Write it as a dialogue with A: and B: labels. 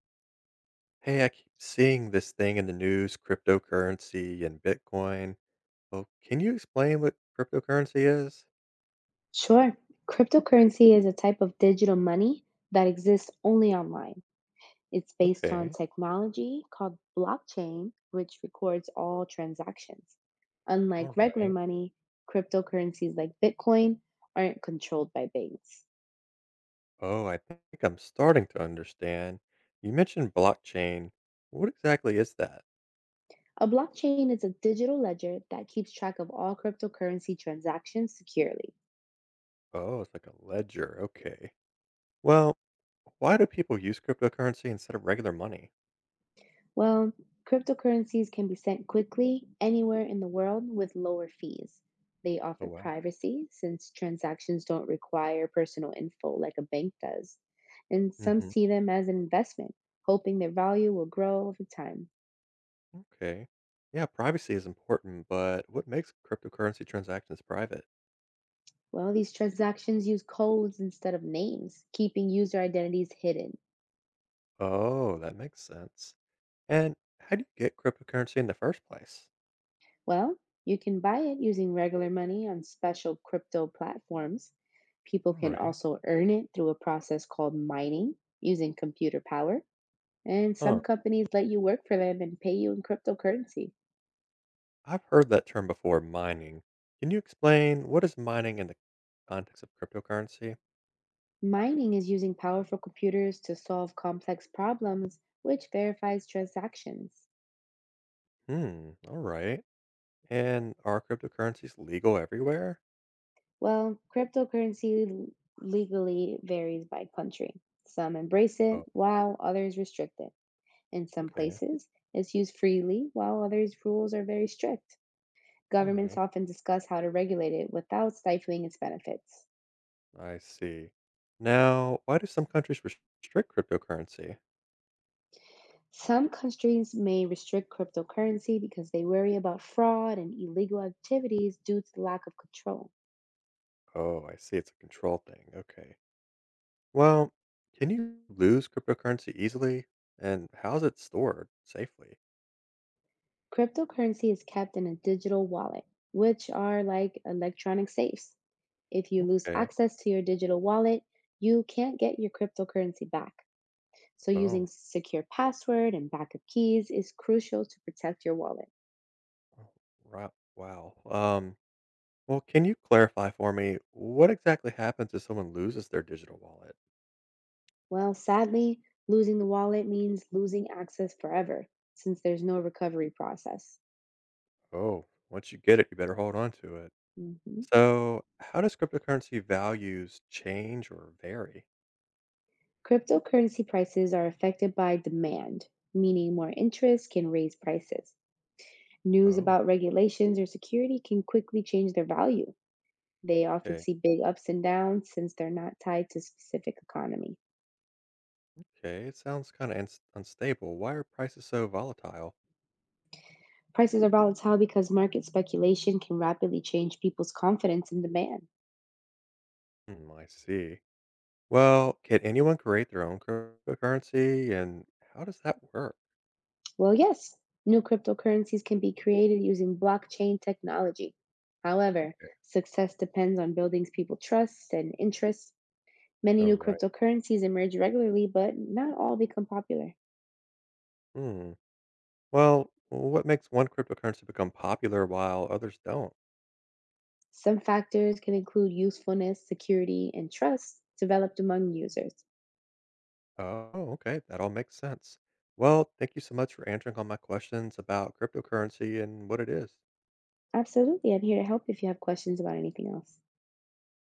A: Hey, I keep seeing this thing in the news, cryptocurrency and Bitcoin. Well, can you explain what cryptocurrency is?
B: Sure. Cryptocurrency is a type of digital money that exists only online. It's based on
A: Okay.
B: technology called blockchain, which records all transactions.
A: All
B: Unlike regular
A: right.
B: money, cryptocurrencies like Bitcoin aren't controlled by banks.
A: Oh, I think I'm starting to understand. You mentioned blockchain. What exactly is that?
B: A blockchain is a digital ledger that keeps track of all cryptocurrency transactions securely.
A: Oh, it's like a ledger. Okay. Well, why do people use cryptocurrency instead of regular money?
B: Well, cryptocurrencies can be sent quickly anywhere in the world with lower fees. They offer
A: Oh, wow.
B: privacy since transactions don't require personal info like a bank does. And some
A: Hmm.
B: see them as an investment, hoping their value will grow over time.
A: Okay. Yeah, privacy is important, but what makes cryptocurrency transactions private?
B: Well, these transactions use codes instead of names, keeping user identities hidden.
A: Oh, that makes sense. And how do you get cryptocurrency in the first place?
B: Well, you can buy it using regular money on special crypto platforms. People
A: All
B: can
A: right.
B: also earn it through a process called mining using computer power. And
A: Huh.
B: some companies let you work for them and pay you in cryptocurrency.
A: I've heard that term before, mining. Can you explain what is mining in the context of cryptocurrency?
B: Mining is using powerful computers to solve complex problems, which verifies transactions.
A: Hmm. All right. And are cryptocurrencies legal everywhere?
B: Well, cryptocurrency legally varies by country. Some embrace it,
A: Oh,
B: while others restrict it, in some
A: okay.
B: places. It's used freely, while others' rules are very strict.
A: All
B: Governments
A: right.
B: often discuss how to regulate it without stifling its benefits.
A: I see. Now, why do some countries restrict cryptocurrency?
B: Some countries may restrict cryptocurrency because they worry about fraud and illegal activities due to the lack of control.
A: Oh, I see. It's a control thing. Okay. Well, can you lose cryptocurrency easily? And how is it stored safely?
B: Cryptocurrency is kept in a digital wallet, which are like electronic safes. If you lose
A: Okay.
B: access to your digital wallet, you can't get your cryptocurrency back. So using
A: Oh.
B: secure password and backup keys is crucial to protect your wallet.
A: Right. Wow. Well, can you clarify for me what exactly happens if someone loses their digital wallet?
B: Well, sadly, losing the wallet means losing access forever since there's no recovery process.
A: Oh, once you get it, you better hold on to it.
B: Mhm.
A: So, how does cryptocurrency values change or vary?
B: Cryptocurrency prices are affected by demand, meaning more interest can raise prices. News
A: Oh,
B: about regulations or security can quickly change their value. They often
A: okay.
B: see big ups and downs since they're not tied to specific economy.
A: Okay. It sounds kind of unstable. Why are prices so volatile?
B: Prices are volatile because market speculation can rapidly change people's confidence in demand.
A: Hmm, I see. Well, can anyone create their own cryptocurrency and how does that work?
B: Well, yes, new cryptocurrencies can be created using blockchain technology. However, success depends on building people trust and interest. Many
A: Oh,
B: new
A: right.
B: cryptocurrencies emerge regularly, but not all become popular.
A: Hmm. Well, what makes one cryptocurrency become popular while others don't?
B: Some factors can include usefulness, security, and trust developed among users.
A: Oh, okay. That all makes sense. Well, thank you so much for answering all my questions about cryptocurrency and what it is.
B: Absolutely, I'm here to help if you have questions about anything else.